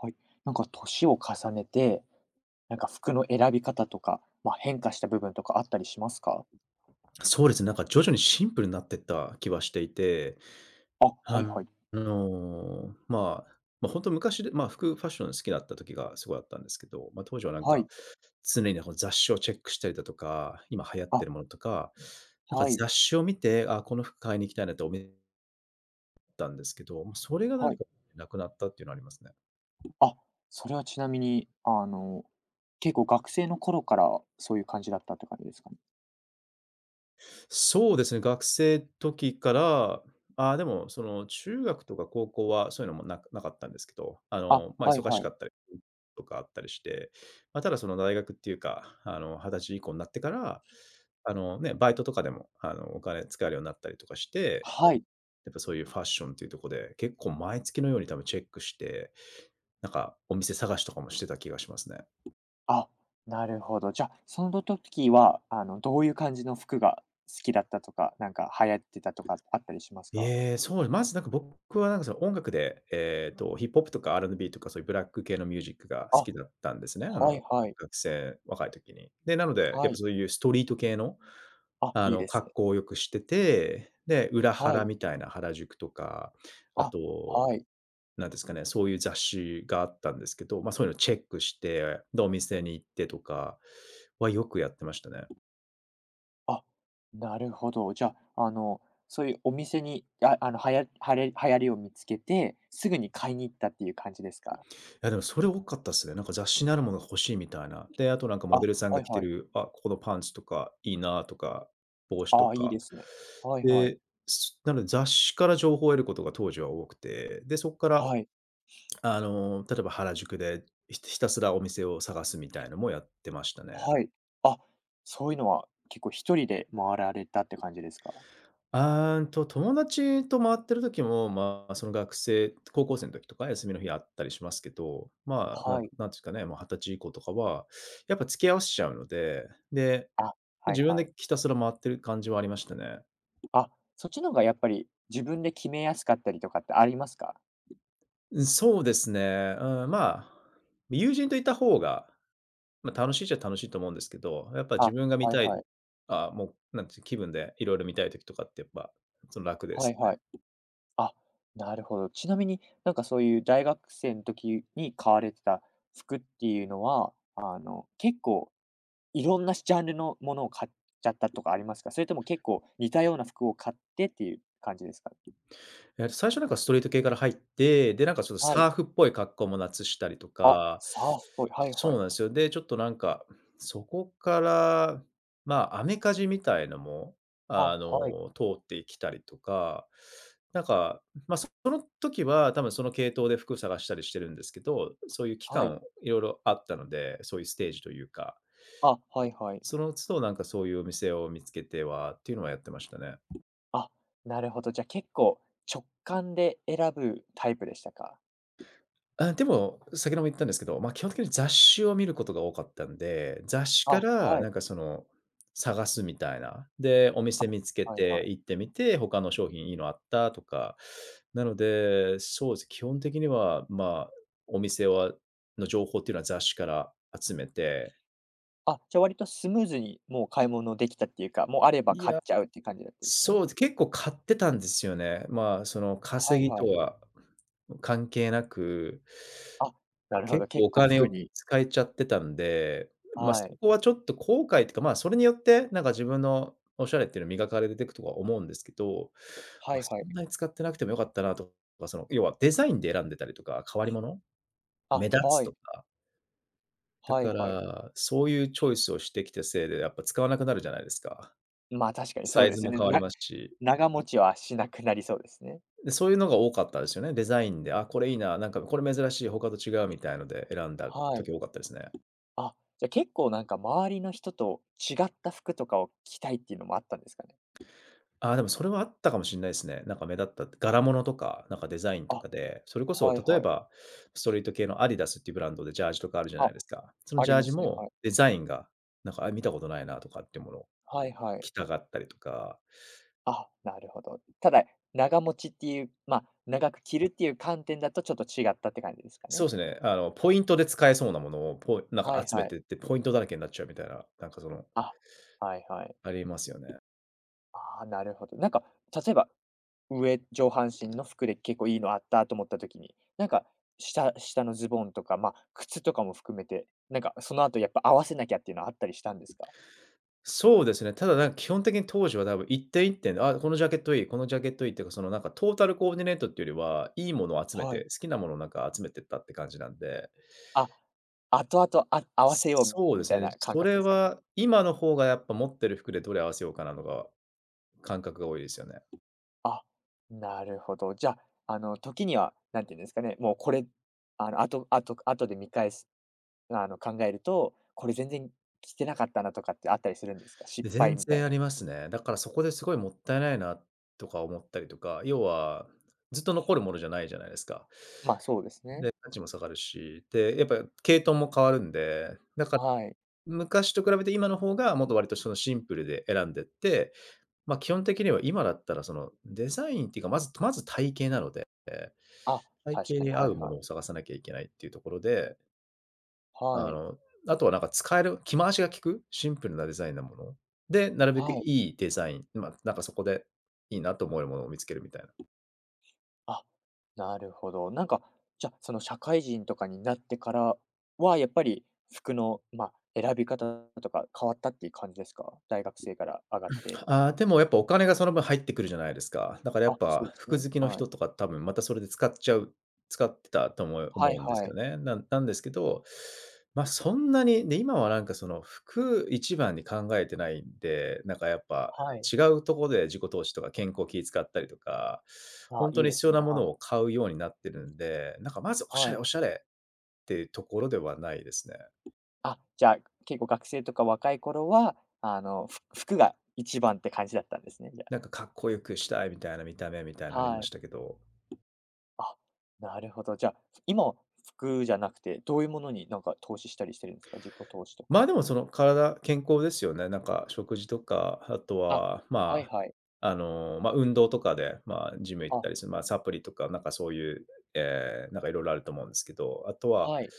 はい。なんか年を重ねて、なんか服の選び方とか、まあ、変化した部分とかあったりしますか？そうですね、なんか徐々にシンプルになってった気はしていて、あ、はあいはい。本当昔で、服、ファッション好きだった時がすごいあったんですけど、当時はなんはか、い。常になんか雑誌をチェックしたりだとか、今流行ってあ、るものとか、なんかはい。雑誌を見て、あ、この服買いに行きたいなって思ったんですけど、もうそれがなはんい。かなくなったっていうのはありますね。あ、それはちなみに、あの、結構学生の頃からそういう感じだったって感じですかね？そうですね、学生時から、でも、その、中学とか高校はそういうのもなかったんですけど、あ、はい忙しはかい。ったりとかあったりして、その、大学っていうか、あの、20歳以降になってから、ね、バイトとかでも、お金使えるようになったりとかして、はい。やっぱ、そういうファッションっていうところで、結構毎月のように多分チェックして、なんか、お店探しとかもしてた気がしますね。あ、なるほど。じゃあ、その時は、あの、どういう感じの服が好きだったとか、なんか流行ってたとかあったりしますか？ええ、そう、まずなんか僕はなんかその音楽で、ヒップホップとか R&B とかそういうブラック系のミュージックが好あ、きだったんですね。あはいの、はい。学生、若い時に。で、なので、やはっぱい。そういうストリート系の、あ、あいいの、です格ね。好をよくしてて、で、裏は原い。みたいな原宿とか、ああ、と、はい。なんですかね、そういう雑誌があったんですけど、ま、そういうのチェックして、で、お店に行ってとかはよくやってましたね。あ、なるほど。じゃあ、あの、そういうお店に、はやはれ流行りを見つけて、すぐに買いに行ったっていう感じですか？や、でもそれ多かったっすね。なんか雑誌にあるものが欲しいみたいな。で、あとなんかあ、モデルさんがはい着てはい。る、あ、ここのパンツとかいいなとか、帽子とああ、いいか。ですね。はいはい。で、なので雑誌から情報を得ることが当時は多くて、で、そこから、はい。あの、例えば原宿で、ひたすらお店を探すみたいのもやってましたね。はい。あ、そういうのは結構一人で回られたって感じですか？あーんと、友達と回ってる時も、まあ、その学生高校生の時とか休みの日あったりしますけど、まあ、はい。なんていうかね、もう20歳以降とかは、やっぱ付き合わせちゃうので、で、あ、は自い分はい。でひたすら回ってる感じはありましたね。あ、そっちの方がやっぱり自分で決めやすかったりとかってありますか？うん、そうですね。うん、まあ、友人といた方が、まあ、楽しいっちゃ楽しいと思うんですけど、やっぱ自あ、分が見はいたい、はい。あもう、なんていう気分でいろいろ見たい時とかってやっぱ、その、楽ではいすよはね。い。あ、なるほど。ちなみになんかそういう大学生の時に買われてた服っていうのは、あの、結構いろんなジャンルのものを買っちゃったとかありますか？それとも結構似たような服を買ってっていう感じですか？最初なんかストリート系から入って、で、なんかちょっとはい。サーフっぽい格好も夏したりとあ、か、サーフボーイ、はいそはうい。なんですよ。で、ちょっとなんか、そこから、まあ、アメカジみたいのも、あ、あはい、の、通ってきたりとか、その時は多分その系統で服探したりしてるんですけど、そういう期はい。間いろいろあったので、そういうステージというか、あ、はいはい。その都度なんかそういうお店を見つけてはっていうのはやってましたね。あ、なるほど。じゃあ、結構直感で選ぶタイプでしたか？あ、でも、先ほども言ったんですけど、基本的に雑誌を見ることが多かったんで、雑誌あ、からはい、なんかその、探すみたいな。で、お店見つけはいはてい。行ってみて、他の商品いいのあったとか。なので、そうです、基本的には、まあ、お店の情報っていうのは雑誌から集めて、あ、じゃ割とスムーズにもう買い物できたっていうか、もうあればい買っや、ちゃうっていう感じだったんですよね。そう結構買ってたんですよね。まあ、そのは稼いぎはとい。は関係なくあ、なるほ結ど、構結お構金服をに。使えちゃってたんで、ま、はそい。こはちょっと後悔ってか、ま、それによって、なんか自分のおしゃれっていうの磨かれてくとは思うんですけど、はま、いそはい。んなに使ってなくても良かったなとか、その、要はデザインで選んでたりとか、変わり物、あ、目立つはとい。か、だはかいはい。ら、そういうチョイスをしてきたせいで、やっぱ使わなくなるじゃないですか。まあ、確かにサそうイでズすもよね。変わりますし、長持ちはしなくなりそうですね。で、そういうのが多かったですよね。デザインで、あ、これいいな、なんかこれ珍しい、他と違うみたいので選んだはい。時多かったですね。あ、じゃ結構なんか周りの人と違った服とかを着たいっていうのもあったんですかね？ああ、でもそれはあったかもしれないですね。なんか目立った柄物とか、なんかデザインあ、とかで、それこそはい例えはい。ば、ストリート系のアディダスっていうブランドでジャージとかあるじゃなあ、いですか。そのあジりャーまジすね。はもい。デザインが、なんか、あ、見たことないなとかっていうものをはいはい。着たがったりとか、あ、なるほど。ただ、長持ちっていう、まあ、長く着るっていう観点だとちょっと違ったって感じですかそね。うですね、あの、ポイントで使えそうなものを、なんはかい集めはてい。って、ポイントだらけになっちゃうみたいな、なんかその、あ、はいはい。ありますよね。ああ、なるほど。なんか、例えば、上半身の服で結構いいのあったと思った時に、なんか、下のズボンとか、まあ、靴とかも含めて、なんか、その後やっぱ合わせなきゃっていうのはあったりしたんですか？そうですね。ただなんか基本的に当時は多分一点一点で、あ、このジャケットいいっていうか、そのなんかトータルコーディネートっていうよりは、いいものを集めはて、い。好きなものをなんか集めてったって感じなんで、あ、後々あ合わせようそうでみたすいね。な感そ覚れですかね？は今の方がやっぱ持ってる服でどれ合わせようかな、感覚が多いですよね。あ、なるほど。じゃあ、あの、時には、なんていうんですかね、もうこれ、あの、あとあとあとで見返す、あの、考えると、これ全然着てなかったなとかってあったりするんですか？で、失全敗みたい然あな。りますね。だからそこですごいもったいないなとか思ったりとか、要はずっと残るものじゃないじゃないですか。まあ、そうですね。で、価値も下がるし、で、やっぱ系統も変わるんで、だからはい。昔と比べて今の方が、もっと割とそのシンプルで選んでって、ま、基本的には今だったらそのデザインっていうか、まず体型なので、あ、体確型かに、には合ういもはい。のを探さなきゃいけないっていうところで、はあい。の、あとはなんか使える着回しが効く、シンプルなデザインなもの。で、なるべくはい。いいデザイン、ま、なんかそこでいいなと思えるものを見つけるみたいな。あ、なるほど。なんか、じゃあ、その社会人とかになってからは、やっぱり服の、まあ、選び方とか変わったっていう感じですか？大学生から上がって。ああ、でもやっぱお金がその分入ってくるじゃないですか。だからやっあ、そうぱです服ね。好きのはい。人とか多分またそれで使っちゃう使ってたとは思いうんではすよい。ね。なんですけど、ま、そんなに、で、今はなんかその服一番に考えてないんで、なんかやっぱはい。違うところで自己投資とか健康気使ったりとか、あ、本当いいにで必す要ね。なもはのい。を買うようになってるんで、なんかまずはい。おしゃれっていうところではないですね。あ、じゃあ、結構学生とか若い頃は、あの、服が一番って感じだったんですね、じゃあ。なんかかっこよくしたいみたいな見た目みたいなのありまはしい。たけど。あ、なるほど。じゃあ、今は服じゃなくて、どういうものになんか投資したりしてるんですか？自己投資とか。でもその体健康ですよね。なんか食事とか、あとあ、は、はいはい。運動とかで、ま、ジム行っあ、たりする、ま、サプリとか、なんかそういう、なんかいろいろあると思うんですけど、あとは、はい。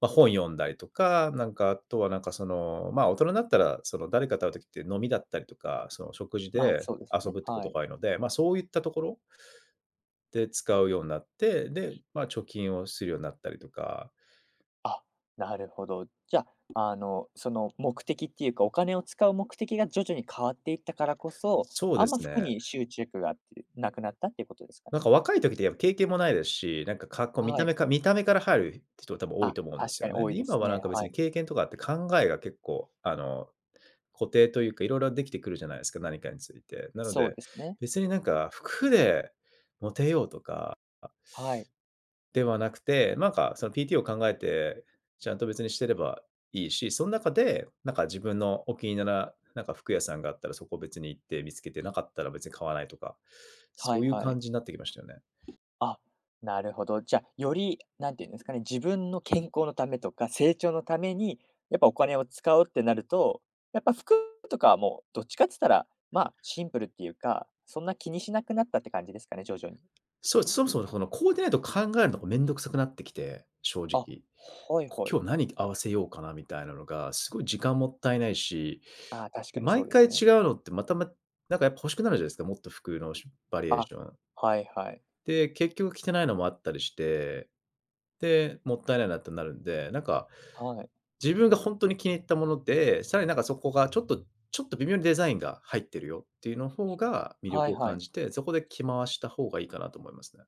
ま、本読んだりとか、なんか、あとはなんかその、大人になったら、その誰かと会う時って飲みだったりとか、その食事まあ、でそうです遊ね。ぶってこはとい。が多いので、そういったところで使うようになって、で、ま、貯金をするようになったりとか、あ、なるほど。じゃあ、あの、その目的っていうか、お金を使う目的が徐々に変わっていったからこそ、そうあでんます服ね。に執着があってなくなったっていうことですかなんね？か若い時ってやっぱ経験もないですし、なんか格好見はたい。目か見た目から入る人多分多いあ、と思うんで確すかよにね。多で、いで今すはなんね。か別はにい。経験とかあって考えが結構固定というか、色々できてくるじゃないですか、何かについて。なのそうで、ですね。別になんか服でモテようとかはい。ではなくて、なんかその PT を考えて、ちゃんと別にしてればいいし、その中で、なんか自分のお気に入りななんか服屋さんがあったらそこ別に行って見つけて、なかったら別に買わないとか、はそういいうはい。感じになってきましたよね。あ、なるほど。じゃあ、より、なんていうんですかね、自分の健康のためとか、成長のために、やっぱお金を使うってなると、やっぱ服とかはもうどっちかっつったら、まあ、シンプルっていうか、そんな気にしなくなったって感じですかね、徐々に。そう、そもそもそのコーディネート考えるのがめんどくさくなってきて、正あ、直。はいこはい。今日何合わせようかなみたいなのが、すごい時間もったいないし、ああ、確で、かにそう毎で回す違ね。うのってまたまなんかやっぱ欲しくなるじゃないですか、もっと服のバリエーあ、ション。はいはい。で、結局着てないのもあったりして、で、もったいないなってなるんで、なんかはい。自分が本当に気に入ったもので、さらになんかそこがちょっと微妙にデザインが入ってるよっていうの方が魅は力いをは感い。じて、そこで着回した方がいいかなと思いますね。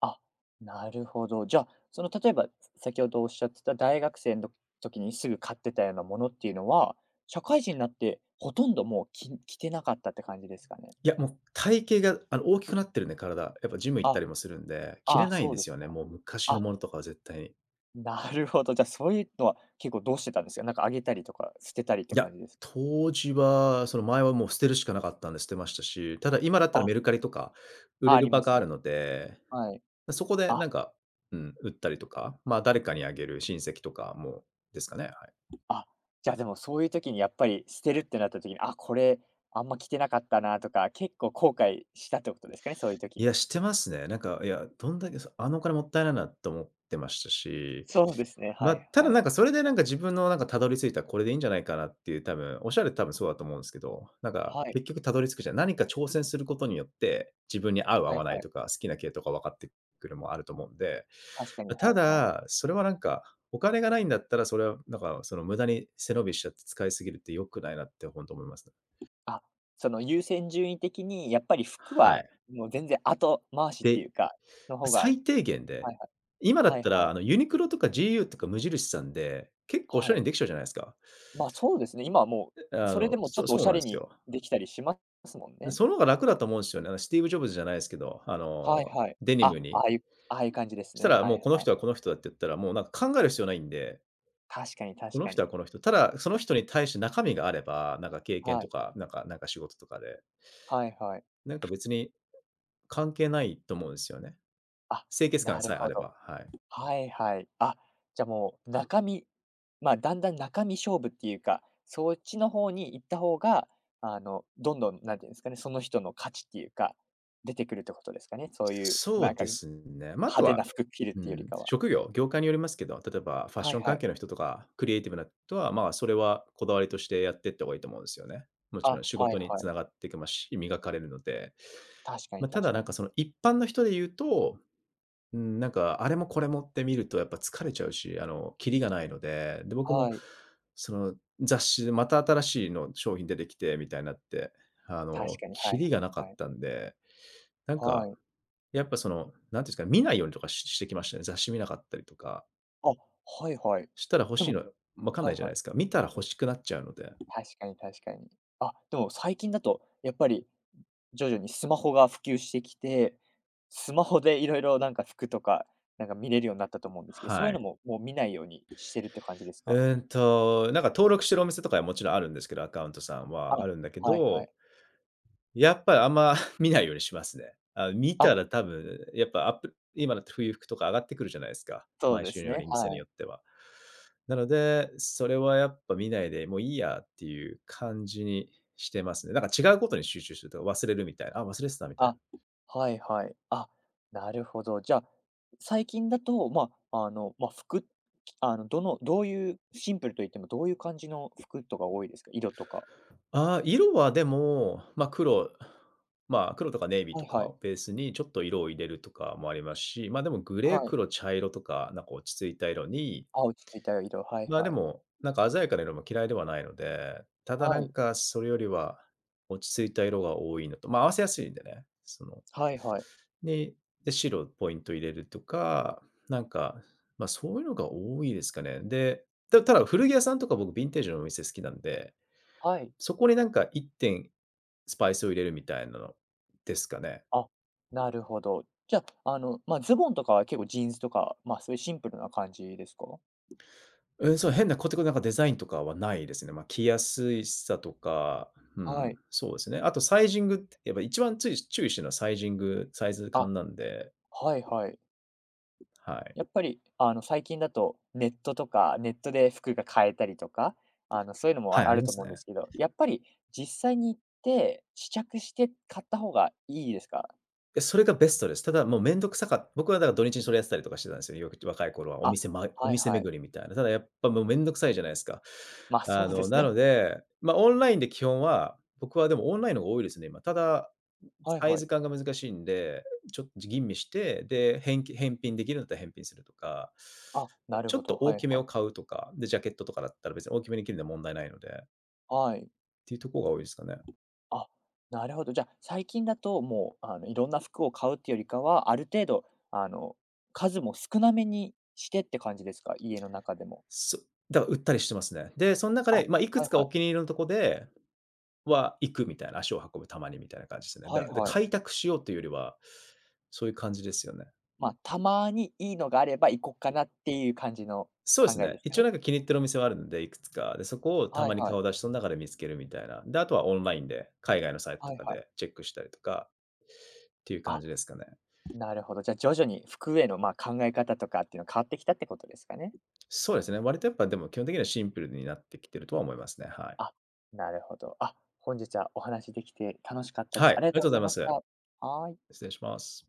あ、なるほど。じゃあ、その例えば、先ほどおっしゃってた大学生の時にすぐ買ってたようなものっていうのは、社会人になってほとんどもう着てなかったって感じですかね？いや、もう体型が、大きくなってるんで、体。やっぱジム行ったあ、りもするんで、着あれあ、ないんそうでですす。よね、もう昔のあ、ものとかは絶対に。なるほど。じゃあ、そういうのは結構どうしてたんですか？なんかあげたりとか捨てたりっていや、感じですか。当時は、その前はもう捨てるしかなかったんで捨てましたし、ただ今だったらあ、メルカリとか売あ、れあるり場まがすあね。るので、はい。そこであ、なんか、うん、売ったりとか、まあ、誰かにあげる親戚とかもですかね、はい。あ、じゃあ、でもそういう時にやっぱり捨てるってなった時に、あ、これあんま着てなかったなとか、結構後悔したってことですかね？そういう時いや、に。してますね。なんか、いや、どんだけ、そあのお金もったいないなと思ってましたし、そうですね、はま、いただはない。んかそれでなんか自分のなんかたどり着いたこれでいいんじゃないかなっていう多分、おっしゃる多分そうだと思うんですけど、なんかはい、結局たどり着くじゃん何か挑戦することによって、自分に合う合はわいないはい。とか、好きな系とか分かってくるもあると思うんで、確かに、ま、たはいはい。だ、それはなんか、お金がないんだったら、それはなんかその無駄に背伸びしちゃって使いすぎるって良くないなってほんと思いますね。あ、その優先順位的にやっぱり服ははい。もう全然後回しってでいうか、の方が。はい最低限で、はい。今だはっいたはらい。あのユニクロとか GU とか無印さんで、結構おしはゃれい。にできちゃうじゃないですか。ま、そうですね、今はもう、それでもちょっそとおそうしゃなんでれすによ。できたりしますもんで、ね。その方が楽だと思うんですよね。あのスティーブ・ジョブズじゃないですけど、はいはい。デニあ、ムに。ああいう感じでしすたね。らはいもうこのはい。人はこの人だって言ったら、もうなんか考える必要ないんで、確かにこ確のか人はに。この人。ただ、その人に対して中身があれば、なんか経験はとい。か、なんかなんか仕事とかで、はいはい。なんか別に関係ないと思うんですよね。あ、清潔な感るさえあほれど。ば、はい。はいはい。あ、じゃあもう中身、まだんだん中身勝負っていうか、そっちの方に行った方が、あの、どんどんなんていうんですかね、その人の価値っていうか、出てくるってことですかね。そういうそなんうか、で派すね。まあ、あと手は、な服着るっうていうよりん、かは。職業、業界によりますけど、例えばファッはショいンは関い。係の人とか、クリエイティブな人は、まあ、それはこだわりとしてやっていった方がいいと思うんですよね。もちろあ、ん仕は事いにはい。繋がっていきますし、磨かれるので。確かまあ、にただ確なかんに。かその一般の人で言うと、うん、なんかあれもこれもって見るとやっぱ疲れちゃうし、キリがないので、で、僕もはい。その雑誌でまた新しいの商品出てきてみたいになって、確かに、はキリいがなかはっい。たんで、なんはかい。やっぱその、なんていうんですか、見ないようにとかしてきましたね。雑誌見なかったりとか、あ、はいはい。したら欲でしいも。のわかんはないいじゃないはでい。すか。見たら欲しくなっちゃうので。確かに確かに。あ、でも最近だとやっぱり徐々にスマホが普及してきて、スマホでいろいろなんか服とか、なんか見れるようになったと思うんですけど、そうはいうい。のも、もう見ないようにしてるって感じですうか？ーんと、なんか登録してるお店とかはもちろんあるんですけど、アカウントさんあ、はあるんだけはいはど、い。やっぱりあんま 見ないようにしますね。あ、見あ、たら多分、やっぱアップ今だって冬服とか上がってくるじゃないですか。そう毎で週のすようね、に店はによい。っては。なので、それはやっぱ見ないで、もういいやっていう感じにしてますね。なんか違うことに集中するとか忘れるみたいな、あ、忘れてたみたいな。あ、はいはい。あ、なるほど。じゃあ、最近だと、まあ、あの、まあ、服、あの、どういうシンプルといってもどういう感じの服とか多いですか？色とか。ああ、色はでも、ま、あ黒、まあ、黒とかネイビーはといかはい。をベースにちょっと色を入れるとかもありますし、ま、あでもグレー、はい。黒、茶色とか、なんか落ち着いた色に、あ、落ち着いた色、はいま、あはでい。も、なんか鮮やかな色も嫌いではないので、ただなはんい。かそれよりは落ち着いた色が多いのと、ま、あ合わせやすいんでね、その、はいはい。に、で、白ポイント入れるとか、なんか、ま、そういうのが多いですかね。で、だ古着屋さんとか僕ヴィンテージのお店好きなんで、はい。そこになんか1点スパイスを入れるみたいなのですかね。あ、なるほど。じゃあ、あの、まあ、ズボンとかは結構ジーンズとか、まあ、そういうシンプルな感じですか？うん、そう、変なコテてくなんかデザインとかはないですね。まあ、着やすいさとか、うはん、い。そうですね。あとサイジングって、やっぱ一番つい注意してるのはサイジング、サイズあ、感なんで、はいはい。はやい。っぱり、あの、最近だとネットとか、ネットで服が買えたりとか、あの、そういうのもはい、ああありるまとす思うんでね。すけど、やっぱり実際に行って試着して買った方がいいですか？やそれがベストです。ただもうめんどくさかっ僕はだから土日にそれやってたりとかしてたんですよ。よく若い頃はあ、おはい店は巡い。りみたいな。ただやっぱもうめんどくさいじゃないですか。ま、そうですなね。ので、ま、オンラインで基本は、僕はでもオンラインの方が多いですね、今。ただ、はいサイはい。ズ感が難しいんで、ちょっと吟味して、で、へんき返品できるんだったら返品するとか、あ、なるちょほっど、とは大いきめはをい。買うとか、で、ジャケットとかだったら別に大きめに着るのは問題ないので、っはい。ていうとこが多いですかね。あ、なるほど。じゃあ、最近だともう、あの、いろんな服を買うっていうよりかは、ある程度、あの、数も少なめにしてって感じですか？家の中でも。そだから売ったりしてますね。で、そん中あ、で、ま、いくはついかはおい。気に入りのとこでは行くみたいな、足を運ぶたまにみたいな感じですね。はいはい。開拓しようというよりは、そういう感じですよね。まあ、たまにいいのがあれば行こっかなっていう感じのそうで考すえでね。すか一応ね。なんか気に入ってるお店はあるので、いくつか。で、そこをたはいまにはい。顔出し、その中で見つけるみたいな。で、あとはオンラインで、海外のサイトはといかはい。でチェックしたりとかっていう感あ、じですかね。なるほど。じゃあ、徐々に服への、ま考え方とかっていうのが変わってきたってことですかね。そうですね。割とやっぱでも基本的にはシンプルになってきてるとは思いますね。はい。あ、なるほど。あ、本日はお話できて楽しかったではす。い、あありりががとうとうごござざいいまました。す。はーい。失礼します。